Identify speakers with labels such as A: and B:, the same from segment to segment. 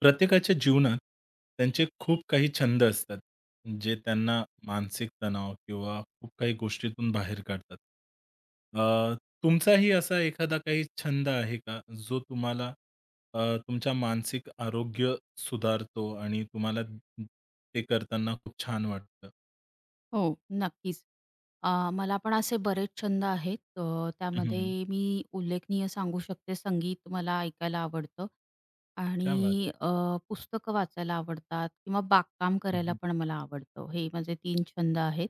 A: प्रत्येकाच्या जीवनात त्यांचे खूप काही छंद असतात, जे त्यांना मानसिक तणाव किंवा खूप काही गोष्टीतून बाहेर काढतात. अ, तुमचाही असा एखादा काही छंद आहे का, जो तुम्हाला अ, तुमच्या मानसिक आरोग्य सुधारतो आणि तुम्हाला ते करताना खूप छान वाटतं?
B: हो, नक्कीच. मला पण असे बरेच छंद आहेत.
A: हं, हं,
B: त्यामध्ये मी उल्लेखनीय सांगू शकते संगीत मला ऐकायला आवडतं
A: क्या बात
B: आणि पुस्तकं वाचायला आवडतात किंवा बागकाम
A: है! हं,
B: करायला
A: हं.
B: पण मला आवडतं. हे माझे 3 छंद आहेत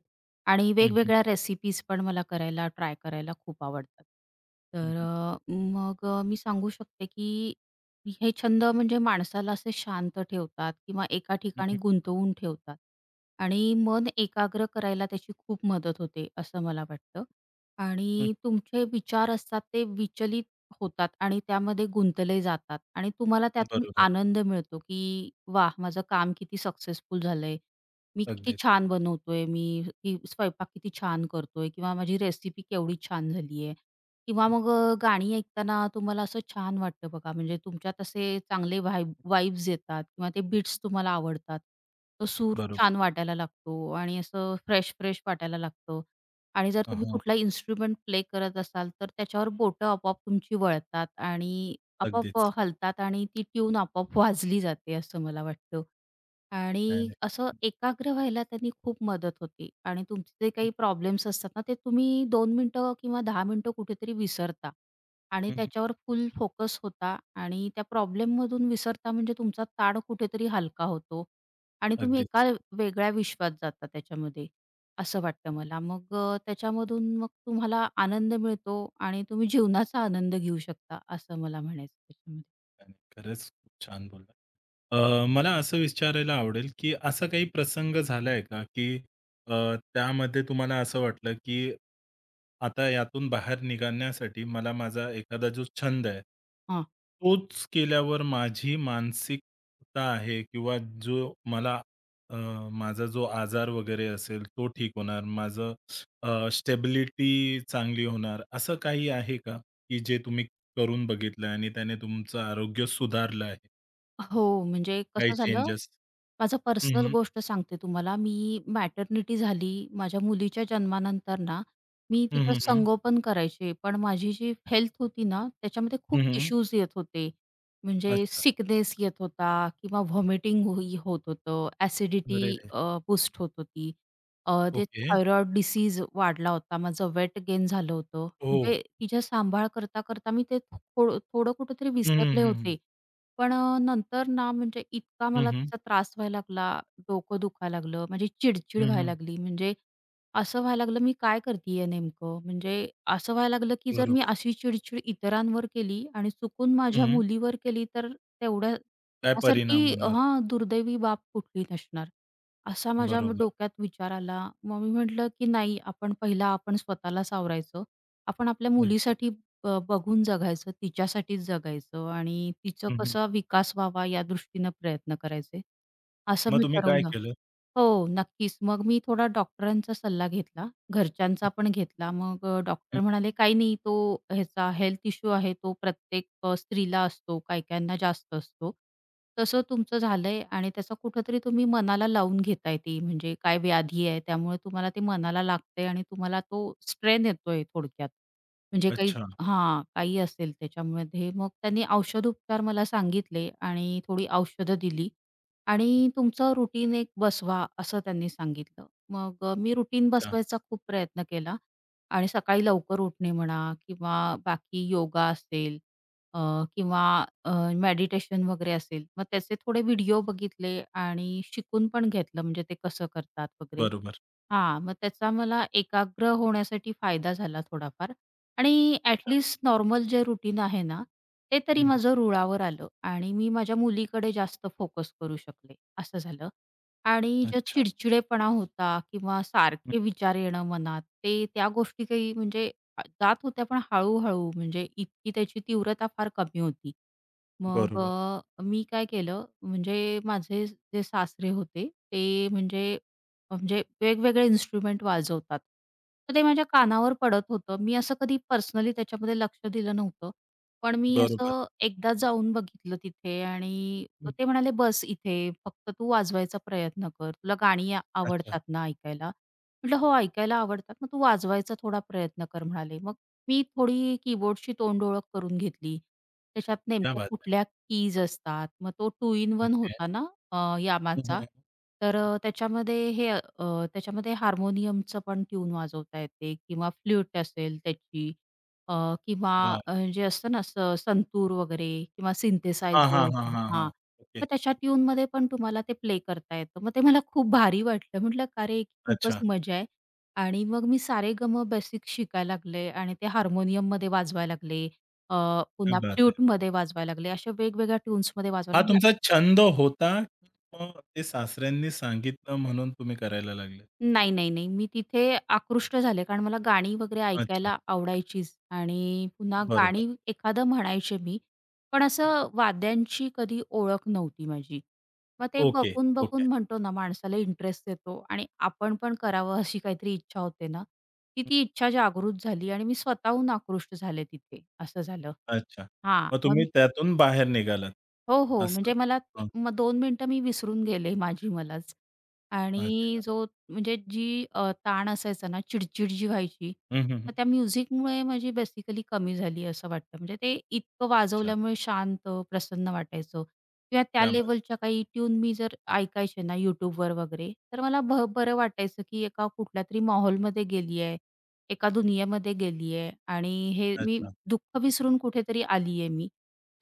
B: आणि
A: हं, हं.
B: वेगवेगळ्या रेसिपीज पण मला करायला, ट्राय करायला खूप आवडतात.
A: हं,
B: तर
A: हं.
B: मग मी सांगू शकते की हे छंद म्हणजे माणसाला असे शांत ठेवतात किंवा एका ठिकाणी
A: हं,
B: गुंतवून ठेवतात. आणि मन एकाग्र करायला त्याची खूप मदत होते, असं मला वाटतं. आणि तुमचे विचार असतात ते विचलित होतात आणि त्यामध्ये गुंतले जातात आणि तुम्हाला त्यातून
A: बरोबर.
B: आनंद मिळतो, की वाह! माझं काम किती सक्सेसफुल झालंय. मी किती
A: अगदीच.
B: छान
A: हं,
B: बनवतोय, मी ही स्वयंपाक किती छान करतोय किंवा माझी रेसिपी केवढी छान झालीये. किंवा
A: हं.
B: मग गाणी ऐकताना तुम्हाला असं छान वाटतं बघा, म्हणजे तुमच्यात असे चांगले वाइब्स येतात किंवा ते बीट्स तुम्हाला आवडतात. तो सूर छान वाटायला लागतो आणि असं फ्रेश-फ्रेश वाटायला लागतं आणि जर तुम्ही कुठला इन्स्ट्रुमेंट प्ले करत असाल, तर त्याच्यावर बोटं आपोआप तुमची वळतात आणि आपोआप
A: अगदीच.
B: हलतात आणि ती ट्यून आपोआप वाजली जाते असं मला वाटतं.
A: नाही,
B: आणि
A: नाही.
B: असं एकाग्र व्हायला त्यांनी खूप मदत होते आणि तुमचे जे
A: हं,
B: काही प्रॉब्लेम्स असतात ना, ते तुम्ही 2 मिनिटं किंवा 10 मिनिटं कुठेतरी विसरता आणि
A: हं.
B: त्याच्यावर फुल फोकस होता आणि त्या प्रॉब्लेममधून विसरता म्हणजे तुमचा ताण कुठेतरी हलका होतो आणि तुम्ही
A: अगदीच.
B: एका वेगळ्या विश्वात जाता त्याच्यामध्ये, असं वाटतं मला. मग त्याच्यामधून मग तुम्हाला आनंद मिळतो आणि तुम्ही जीवनाचा आनंद घेऊ शकता, असं मला म्हणायचं त्याच्यामध्ये.
A: आणि खरंच खूप छान बोललात. मला असं विचारायला आवडेल, की असा काही प्रसंग झालाय का, की त्यामध्ये तुम्हाला असं वाटलं, की आता यातून बाहेर निघण्यासाठी मला माझा एखादा जो छंद आहे,
B: हां.
A: तोच केल्यावर माझी मानसिकता आहे किंवा जो मला अ, माझा जो आजार वगैरे असेल तो ठीक होणार, माझं स्टेबिलिटी चांगली होणार, असं काही आहे का, की जे तुम्ही करून बघितलं आणि त्याने तुमचं आरोग्य सुधारलं आहे?
B: हो, म्हणजे
A: काही
B: कसं झालं
A: चेंजेस?
B: माझं
A: हं,
B: पर्सनल
A: हं.
B: गोष्ट सांगते तुम्हाला. मी मॅटर्निटी झाली. माझ्या मुलीच्या जन्मानंतर ना, मी
A: हं,
B: तिचं
A: हं, हं.
B: संगोपन करायचे. पण माझी जी हेल्थ होती ना, त्याच्यामध्ये खूप
A: हं, हं.
B: इश्यूज येत होते. म्हणजे
A: अच्छा.
B: सिकनेस येत होता किंवा व्हॉमिटिंग होत होतं. ॲसिडिटी
A: अरे रे!
B: अ, होत होती. ते
A: ओके.
B: थायरॉईड डिसीज वाढला होता. माझं वेट गेन झालं होतं.
A: हो.
B: म्हणजे तिच्या सांभाळ करता, करता मी ते थोडं थोडं कुठेतरी
A: हं, हं,
B: विसरले
A: हं, हं.
B: होते. पण नंतर ना म्हणजे इतका
A: हं,
B: मला
A: हं.
B: त्याचा त्रास व्हायला लागला, डोकं दुखायला लागलं, माझी चिडचिड
A: हं,
B: व्हायला
A: हं.
B: लागली. म्हणजे असं व्हायला लागलं, मी काय करतीये नेमकं? म्हणजे असं व्हायला लागलं, की जर मी
A: बरोबर.
B: अशी चिडचिड इतरांवर केली आणि चुकून माझ्या
A: हं.
B: मुलीवर केली, तर तेवढ्या
A: काय
B: त्यासारखी
A: परिणाम होणार?
B: हां, दुर्दैवी बाब कुठली नसणार. असा माझ्या
A: बरोबर.
B: डोक्यात विचार आला. मग मी म्हटलं, की नाही आपण पहिला स्वतःला सावरायचं. आपण आपल्या
A: अगदीच.
B: मुलीसाठी बघून जगायचं, तिच्यासाठीच जगायचं आणि तिचा
A: हं, हं.
B: कसा विकास व्हावा या दृष्टीनं प्रयत्न करायचे, असं
A: मग
B: मी
A: तुम्ही काय
B: ठरवलं.
A: केलं?
B: हो, नक्कीच. मग मी थोडा डॉक्टरांचा सल्ला घेतला, घरच्यांचा पण घेतला. मग
A: हं.
B: डॉक्टर म्हणाले, "काही नाही, तो ह्याचा हेल्थ इश्यू आहे, तो प्रत्येक स्त्रीला असतो, काही-काहींना जास्त असतो. तसं तुमचं झालंय आणि त्याचा कुठेतरी तुम्ही मनाला लावून घेताय ती म्हणजे काय व्याधी आहे, त्यामुळे तुम्हाला ते मनाला लागतंय आणि तुम्हाला तो स्ट्रेन येतोय थोडक्यात. म्हणजे काही"
A: अच्छा,
B: हां, काही असेल त्याच्यामध्ये. मग त्यांनी औषधोपचार मला सांगितले आणि थोडी औषधं दिली. आणि तुमचं रुटीन एक बसवा, असं त्यांनी सांगितलं. मग मी रुटीन
A: अच्छा.
B: बसवायचा खूप प्रयत्न केला आणि सकाळी लवकर उठणे म्हणा किंवा बाकी योगा असेल अ, किंवा मेडिटेशन वगैरे असेल. मग त्याचे थोडे व्हिडिओ बघितले आणि शिकून पण घेतलं म्हणजे ते कसं करतात वगैरे.
A: बरोबर.
B: हां, मग त्याचा मला एकाग्र होण्यासाठी फायदा झाला थोडाफार आणि
A: अच्छा.
B: नॉर्मल जे रुटीन आहे ना, ते तरी
A: हं, हं.
B: माझं रुळावर आलं आणि मी माझ्या मुलीकडे जास्त फोकस करू शकले, असं झालं. आणि जो
A: अच्छा.
B: चिडचिडेपणा होता किंवा
A: हं.
B: सारखे विचार येणं मनात, ते त्या गोष्टी काही म्हणजे जात होत्या, पण हळू म्हणजे इतकी त्याची तीव्रता फार कमी होती. मग
A: बरोबर,
B: मी काय केलं म्हणजे माझे जे सासरे होते, ते म्हणजे म्हणजे वेगवेगळे इन्स्ट्रुमेंट वाजवतात. तर ते माझ्या कानावर पडत होतं. मी असं कधी पर्सनली त्याच्यामध्ये लक्ष दिलं नव्हतं. पण मी
A: बरोबर.
B: असं एकदा जाऊन बघितलं तिथे आणि
A: हं.
B: ते म्हणाले, "बस इथे, फक्त तू वाजवायचा प्रयत्न कर. तुला गाणी
A: अच्छा.
B: आवडतात ना ऐकायला?" म्हटलं, "हो, ऐकायला आवडतात. मग तू वाजवायचा थोडा प्रयत्न कर," म्हणाले. मग मी थोडी कीबोर्डशी तोंडओळख करून घेतली. त्याच्यात
A: क्या
B: नेमक्या
A: बात है!
B: कुठल्या कीज असतात. मग तो 2 इन 1
A: ओके.
B: होता ना,
A: हं,
B: यामाचा.
A: हं.
B: तर त्याच्यामध्ये त्याच्यामध्ये हार्मोनियमचं पण ट्यून वाजवता येते किंवा फ्लूट असेल त्याची किंवा
A: वाह!
B: जे असतं ना संतूर वगैरे किंवा
A: हां, हां,
B: सिंथेसायझर
A: हां, हां, हां.
B: हां.
A: ओके.
B: तर त्याच्या ट्यूनमध्ये पण तुम्हाला ते प्ले करता येतं. मग ते मला खूप भारी वाटलं. म्हटलं "का रे, खूपच
A: अच्छा.
B: मजा आहे." आणि मग मी सारेगम बेसिक शिकायला लागले आणि ते हार्मोनियममध्ये वाजवायला लागले. अ,
A: क्या
B: पुन्हा
A: बात है!
B: फ्लूटमध्ये वाजवायला लागले. अशा वेगवेगळ्या ट्यून्समध्ये
A: हा
B: वाजवायला
A: तुमचा छंद होता, मग ते सासऱ्यांनी सांगितलं म्हणून तुम्ही करायला लागले?
B: नाही, नाही, नाही. मी तिथे आकृष्ट झाले, कारण मला गाणी वगैरे
A: अच्छा.
B: ऐकायला आवडायचीच आणि पुन्हा
A: बरोबर.
B: गाणी एखादं म्हणायचे मी. पण
A: हं.
B: असं वाद्यांची कधी ओळख नव्हती माझी. मग ते
A: ओके, ओके.
B: बघून-बघून म्हणतो ना माणसाला इंटरेस्ट येतो आणि आपण पण करावं अशी काहीतरी इच्छा होते ना, ती
A: हं.
B: ती इच्छा जागृत झाली आणि मी स्वतःहून आकृष्ट झाले तिथे, असं झालं.
A: अच्छा.
B: हां,
A: मग
B: मग
A: तुम्ही त्यातून बाहेर निघालात.
B: हो, हो.
A: असं.
B: म्हणजे मला
A: हं.
B: मग 2 मिनिटं मी विसरून गेले माझी मलाच. आणि
A: अच्छा.
B: जो म्हणजे जी ताण असायचा ना, चिडचिड जी व्हायची,
A: हं, हं, हं.
B: मग त्या म्युझिकमुळे माझी बेसिकली कमी झाली असं वाटतं. म्हणजे ते इतकं
A: अच्छा.
B: वाजवल्यामुळे शांत, प्रसन्न वाटायचं किंवा त्या
A: क्या बात
B: लेव्हलच्या काही ट्यून मी जर ऐकायचे ना YouTubeवर वगैरे, तर मला बरं वाटायचं, की एका कुठल्यातरी माहोलमध्ये गेली आहे, एका दुनियेमध्ये गेली आहे आणि हे
A: है!
B: मी
A: अच्छा.
B: दुःख विसरून कुठेतरी आली आहे मी.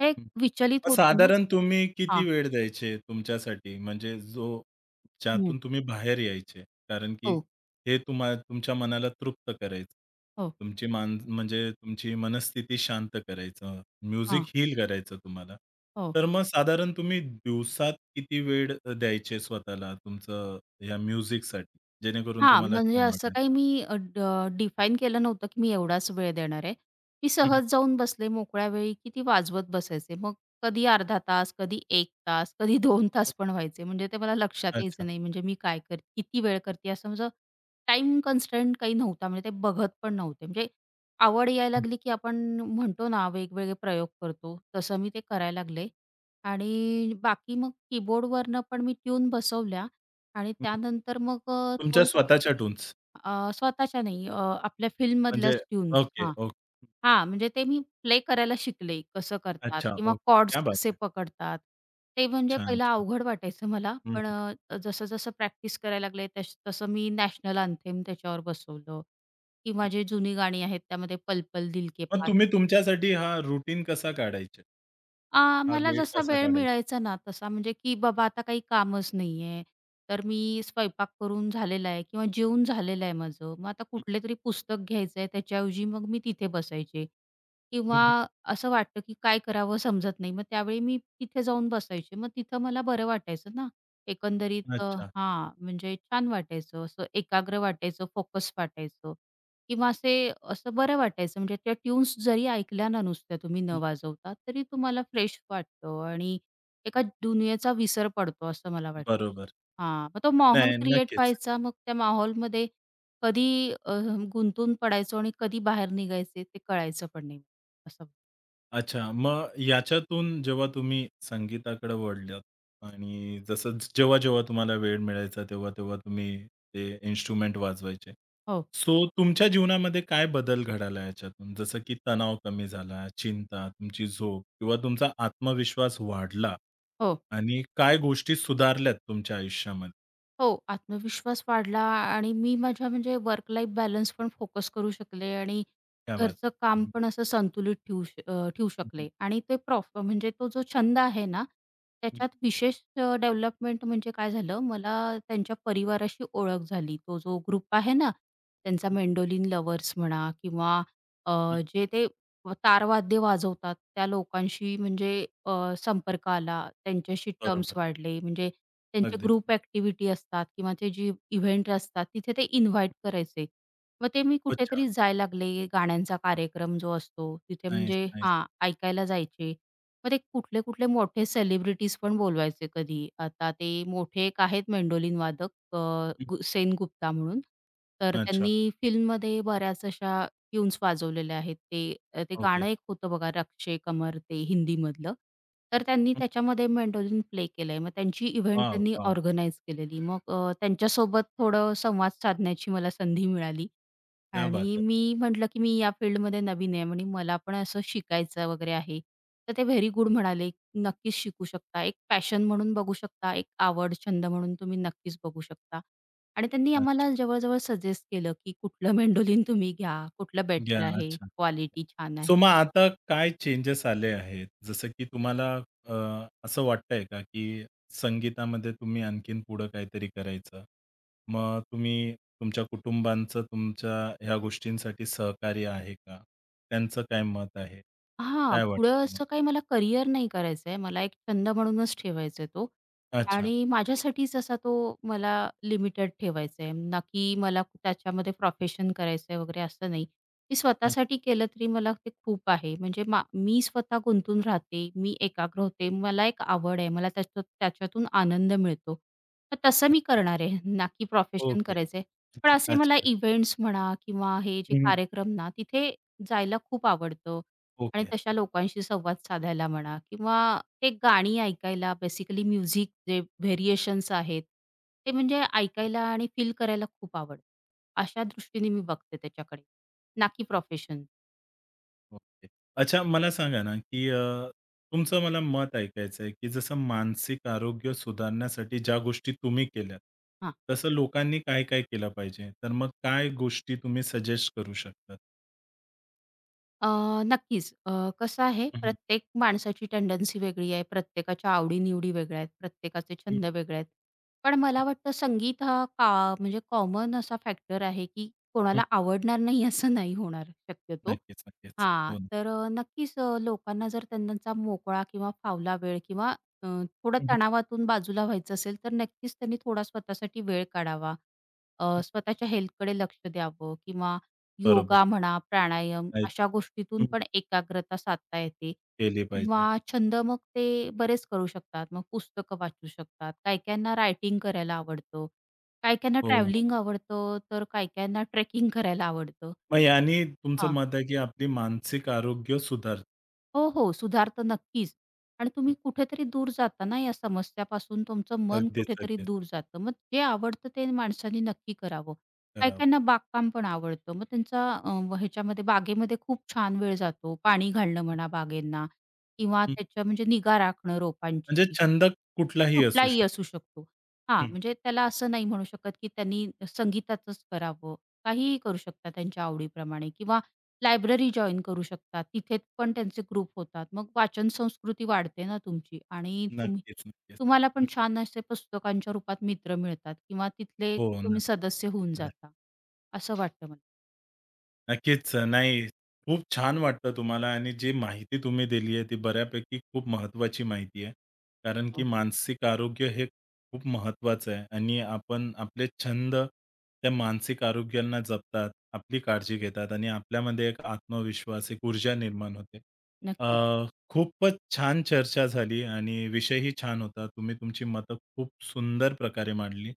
B: हे एक
A: हं.
B: विचलित
A: मग
B: होतं ना.
A: साधारण तुम्ही किती
B: हां.
A: वेळ द्यायचे तुमच्यासाठी? म्हणजे जो
B: हं.
A: ज्यातून तुम्ही बाहेर यायचे? कारण की
B: हो.
A: हे तुम्हा तुमच्या मनाला तृप्त करायचं.
B: हो.
A: तुमची मान म्हणजे तुमची मनस्थिती शांत करायचं. म्युझिक
B: हां.
A: हील करायचं तुम्हाला.
B: हो.
A: तर मग साधारण तुम्ही दिवसात किती वेळ द्यायचे स्वतःला तुमचं या म्युझिकसाठी? जेणेकरून
B: हां,
A: तुम्हाला
B: म्हणजे
A: छान
B: असं काही
A: वाटायचं?
B: मी अ, ड डिफाईन केलं नव्हतं, की मी एवढाच वेळ देणार आहे. मी
A: हं, हं,
B: सहज जाऊन बसले मोकळ्या वेळी, की ती वाजवत बसायचे. मग कधी अर्धा तास, कधी एक तास, कधी 2 तास पण व्हायचे. म्हणजे ते मला लक्षात
A: अच्छा.
B: यायचं नाही, म्हणजे मी काय करते, किती वेळ करते असं माझं टाईम कन्स्ट्रेंट काही नव्हता. म्हणजे ते बघत पण नव्हते. म्हणजे आवड यायला
A: हं,
B: लागली, की आपण म्हणतो ना वेगवेगळे प्रयोग करतो, तसं मी ते करायला लागले. आणि बाकी मग कीबोर्डवरनं पण मी ट्यून बसवल्या आणि
A: हं,
B: त्यानंतर मग
A: तुमच्या
B: थोडं
A: स्वतःच्या टून्स
B: अ, स्वतःच्या नाही अ, आपल्या
A: म्हणजे
B: फिल्ममधल्याच ट्यून्स.
A: ओके,
B: हां,
A: ओके.
B: हां, म्हणजे ते मी प्ले करायला शिकले, कसं करतात
A: अच्छा,
B: किंवा
A: ओके. क्या
B: कॉर्ड्स
A: बात
B: कसे
A: है!
B: पकडतात. ते म्हणजे
A: छान,
B: पहिलं
A: छान.
B: अवघड वाटायचं मला,
A: हं,
B: पण
A: हं.
B: जसं-जसं प्रॅक्टिस करायला लागले, तसं मी नॅशनल अँथेम त्याच्यावर बसवलं किंवा जे जुनी गाणी आहेत, त्यामध्ये पल पल दिल के
A: मग
B: पास
A: तुम्ही तुमच्यासाठी हा रुटीन कसा काढायचा?
B: आ,
A: हा
B: मला
A: वेळ
B: जसा
A: कसा
B: वेळ
A: काढायचा?
B: मिळायचा ना तसा म्हणजे की बाबा आता काही कामच नाहीये, तर मी स्वयंपाक करून झालेला आहे किंवा जेवून झालेलं आहे माझं. मग आता कुठलेतरी पुस्तक घ्यायचंय त्याच्याऐवजी मग मी तिथे बसायचे किंवा
A: हं, हं.
B: असं वाटतं की काय करावं समजत नाही. मग त्यावेळी मी तिथे जाऊन बसायचे. मग तिथं मला बरं वाटायचं ना. एकंदरीत अ,
A: अच्छा.
B: हां, म्हणजे छान वाटायचं, असं एकाग्र वाटायचं, फोकस वाटायचं. किंवा असे असं बरं वाटायचं म्हणजे त्या ट्यून्स जरी ऐकल्या ना नुसत्या तुम्ही न
A: हं,
B: वाजवता तरी तुम्हाला फ्रेश वाटतं आणि
A: हं.
B: एका दुनियेचा विसर पडतो असं मला वाटतं.
A: बरोबर.
B: हां, मग तो माहोल
A: नाही,
B: क्रिएट
A: नक्कीच.
B: व्हायचा मग त्या माहोलमध्ये कधी गुंतून पडायचो आणि कधी बाहेर निघायचे ते कळायचं पण नाही. असं.
A: अच्छा. मग याच्यातून जेव्हा तुम्ही संगीताकडे वळलात आणि जसं जेव्हा-जेव्हा तुम्हाला वेळ मिळायचा तेव्हा-तेव्हा तुम्ही ते इन्स्ट्रुमेंट वाजवायचे.
B: हो,
A: सो तुमच्या जीवनामध्ये काय बदल घडाला याच्यातून? जसं की तणाव कमी झाला, चिंता, तुमची झोप किंवा तुमचा आत्मविश्वास वाढला
B: हो.
A: आणि काय गोष्टी सुधारल्यात तुमच्या आयुष्यामध्ये?
B: हो, आत्मविश्वास वाढला आणि मी माझ्या म्हणजे वर्क लाईफ बॅलन्स पण फोकस करू शकले आणि
A: क्या बात
B: घरचं
A: है!
B: काम पण असं संतुलित ठेवू शकले आणि ते प्रॉफ म्हणजे तो जो छंद आहे ना, त्याच्यात विशेष डेव्हलपमेंट म्हणजे काय झालं, मला त्यांच्या परिवाराशी ओळख झाली. तो जो ग्रुप आहे ना, त्यांचा मेंडोलिन लव्हर्स म्हणा किंवा अ, जे ते तारवाद्य वाजवतात त्या लोकांशी म्हणजे अ, संपर्क आला, त्यांच्याशी टर्म्स
A: बरोबर.
B: वाढले. म्हणजे त्यांचे
A: अगदीच.
B: ग्रुप ॲक्टिव्हिटी असतात किंवा ते जी इव्हेंट असतात तिथे ते इन्व्हाईट करायचे. मग ते मी
A: अच्छा.
B: कुठेतरी जायला लागले. गाण्यांचा कार्यक्रम जो असतो तिथे
A: नाईस,
B: म्हणजे
A: नाईस.
B: हां, ऐकायला जायचे. मग ते कुठले-कुठले मोठे सेलिब्रिटीज पण बोलवायचे कधी. आता ते मोठे एक आहेत मेंडोलिन वादक अ, गु सेन गुप्ता म्हणून. तर
A: अच्छा.
B: त्यांनी फिल्ममध्ये बऱ्याच अशा ट्यून्स वाजवलेले आहेत. ते
A: ओके.
B: गाणं एक होतं बघा रक्षे कमर ते हिंदीमधलं. तर त्यांनी
A: हं.
B: त्याच्यामध्ये मेंडोलिन प्ले केलंय. मग त्यांची इव्हेंट त्यांनी
A: वॉव!
B: ऑर्गनाइज केलेली. मग त्यांच्यासोबत थोडं संवाद साधण्याची मला संधी मिळाली.
A: क्या बात
B: आणि
A: है!
B: मी म्हटलं, की मी या फील्डमध्ये नवीन आहे आणि मला पण असं शिकायचं वगैरे आहे. तर ते व्हेरी गुड म्हणाले, "नक्कीच शिकू शकता. एक पॅशन म्हणून बघू शकता, एक आवड, छंद म्हणून तुम्ही नक्कीच बघू शकता." आणि त्यांनी
A: अच्छा.
B: आम्हाला जवळ-जवळ सजेस्ट केलं, की कुठलं मेंडोलिन तुम्ही घ्या, कुठलं
A: घ्या.
B: बेटर आहे,
A: अच्छा.
B: क्वालिटी छान आहे.
A: सो मग आता काय चेंजेस आले आहेत? जसं की तुम्हाला असं वाटतंय का, की संगीतामध्ये तुम्ही आणखीन पुढं काहीतरी करायचं? मग तुम्ही तुमच्या कुटुंबांचं तुमच्या ह्या गोष्टींसाठी सहकार्य आहे का? त्यांचं काय मत आहे?
B: हां,
A: काय वाटतं
B: पुढं
A: तुम्हाला?
B: असं काही मला करियर नाही करायचं आहे. मला एक छंद म्हणूनच ठेवायचा आहे तो
A: अच्छा.
B: आणि
A: हं.
B: माझ्यासाठीच असा तो मला लिमिटेड ठेवायचा आहे. ना की मला त्याच्यामध्ये प्रोफेशन करायचं आहे वगैरे असं नाही. मी
A: हं.
B: स्वतःसाठी केलं तरी मला ते खूप आहे. म्हणजे मी स्वतः गुंतून राहते, मी एकाग्र होते. मला एक आवड आहे. मला त्याच्यातून आनंद मिळतो. तर तसं मी
A: अच्छा.
B: करणार आहे. ना की प्रोफेशन
A: ओके.
B: करायचं आहे. पण असे
A: अच्छा,
B: मला
A: अच्छा.
B: इव्हेंट्स म्हणा किंवा हे जे
A: हं,
B: कार्यक्रम ना, तिथे जायला खूप आवडतं. आणि
A: ओके.
B: तशा लोकांशी संवाद साधायला म्हणा किंवा ते गाणी ऐकायला बेसिकली म्युझिक जे व्हेरिएशन्स आहेत, ते म्हणजे ऐकायला आणि फील करायला खूप आवडतं. अशा दृष्टीने मी बघते त्याच्याकडे, ना की
A: अच्छा.
B: प्रोफेशन.
A: ओके. अच्छा मला सांगा ना, की तुमचं मला मत ऐकायचं आहे, की जसं मानसिक आरोग्य सुधारण्यासाठी ज्या गोष्टी तुम्ही केल्यात, तसं लोकांनी काय-काय केलं पाहिजे? तर मग काय गोष्टी तुम्ही सजेस्ट करू शकतात?
B: अ, नक्कीच. कसं आहे,
A: हं, हं.
B: प्रत्येक माणसाची टेंडन्सी वेगळी आहे. प्रत्येकाच्या आवडी-निवडी वेगळ्या आहेत. प्रत्येकाचे
A: हं,
B: छंद वेगळे आहेत. पण मला वाटतं संगीत हा का म्हणजे कॉमन असा फॅक्टर आहे, की कोणाला आवडणार नाही असं नाही होणार शक्यतो.
A: नक्कीच, नक्कीच.
B: हां,
A: हो ना.
B: तर नक्कीच लोकांना जर त्यांचा मोकळा किंवा फावला वेळ किंवा अ, थोडं
A: हं, हं,
B: तणावातून बाजूला व्हायचं असेल, तर नक्कीच त्यांनी थोडा स्वतःसाठी वेळ काढावा. स्वतःच्या हेल्थकडे लक्ष द्यावं किंवा
A: बरोबर.
B: योगा म्हणा, प्राणायाम
A: ऐक
B: अशा गोष्टीतून
A: हं,
B: पण एकाग्रता साधता येते
A: केली
B: किंवा
A: पाहिजे.
B: छंद मग ते बरेच करू शकतात. मग पुस्तकं वाचू शकतात. काही-काहींना रायटिंग करायला आवडतं. काही-काहींना
A: हो, हो.
B: ट्रॅव्हलिंग आवडतं, तर काही-काहींना ट्रेकिंग करायला आवडतं.
A: मग याने तुमचं
B: हां.
A: मत आहे, की आपली मानसिक आरोग्य सुधारतं.
B: हो, हो. सुधार तर नक्कीच. आणि तुम्ही कुठेतरी दूर जाता ना या समस्यापासून तुमचं मन
A: अगदीच,
B: कुठेतरी
A: अगदीच.
B: दूर जातं. मग जे आवडतं ते माणसाने नक्की करावं.
A: करावं.
B: काही-काहींना बागकाम पण आवडतं. मग त्यांचा ह्याच्यामध्ये बागेमध्ये खूप छान वेळ जातो. पाणी घालणं म्हणा बागेंना किंवा
A: हं.
B: त्याच्या म्हणजे निगा राखणं
A: म्हणजे
B: रोपांची
A: छंद कुठलाही असू
B: कुठलाही
A: शकतो.
B: असू शकतो. हां, म्हणजे त्याला असं नाही म्हणू शकत, की त्यांनी संगीताचंच करावं. काहीही करू शकतात त्यांच्या आवडीप्रमाणे किंवा लायब्ररी जॉइन करू शकतात. तिथे पण त्यांचे ग्रुप होतात. मग वाचन संस्कृती वाढते ना तुमची आणि
A: नक्कीच, नक्कीच.
B: तुम्हाला पण
A: हं,
B: छान असे पुस्तकांच्या रूपात मित्र मिळतात किंवा तिथले
A: हो,
B: तुम्ही
A: नक्कीच.
B: सदस्य होऊन जाता. असं वाटतं मला.
A: नक्कीच. नाही, खूप छान वाटतं तुम्हाला आणि जी माहिती तुम्ही दिली आहे ती बऱ्यापैकी खूप महत्त्वाची माहिती आहे. कारण की
B: हो.
A: मानसिक आरोग्य हे खूप महत्त्वाचं आहे आणि आपण आपले छंद त्या मानसिक आरोग्यांना जपतात, आपली काळजी घेतात आणि आपल्यामध्ये एक आत्मविश्वास, एक ऊर्जा निर्माण होते. अ
B: नक्कीच.
A: खूपच छान चर्चा झाली आणि विषयही छान होता. तुम्ही तुमची मतं खूप सुंदर प्रकारे मांडली.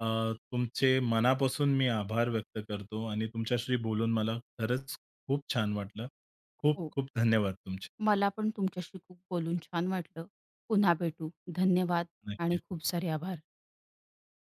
A: अ, तुमचे मनापासून मी आभार व्यक्त करतो आणि तुमच्याशी बोलून मला खरंच खूप छान वाटलं. खूप
B: हो.
A: खूप धन्यवाद तुमचे.
B: मला पण तुमच्याशी खूप बोलून छान वाटलं. पुन्हा भेटू. धन्यवाद आणि
A: नक्कीच.
B: खूप सारे आभार.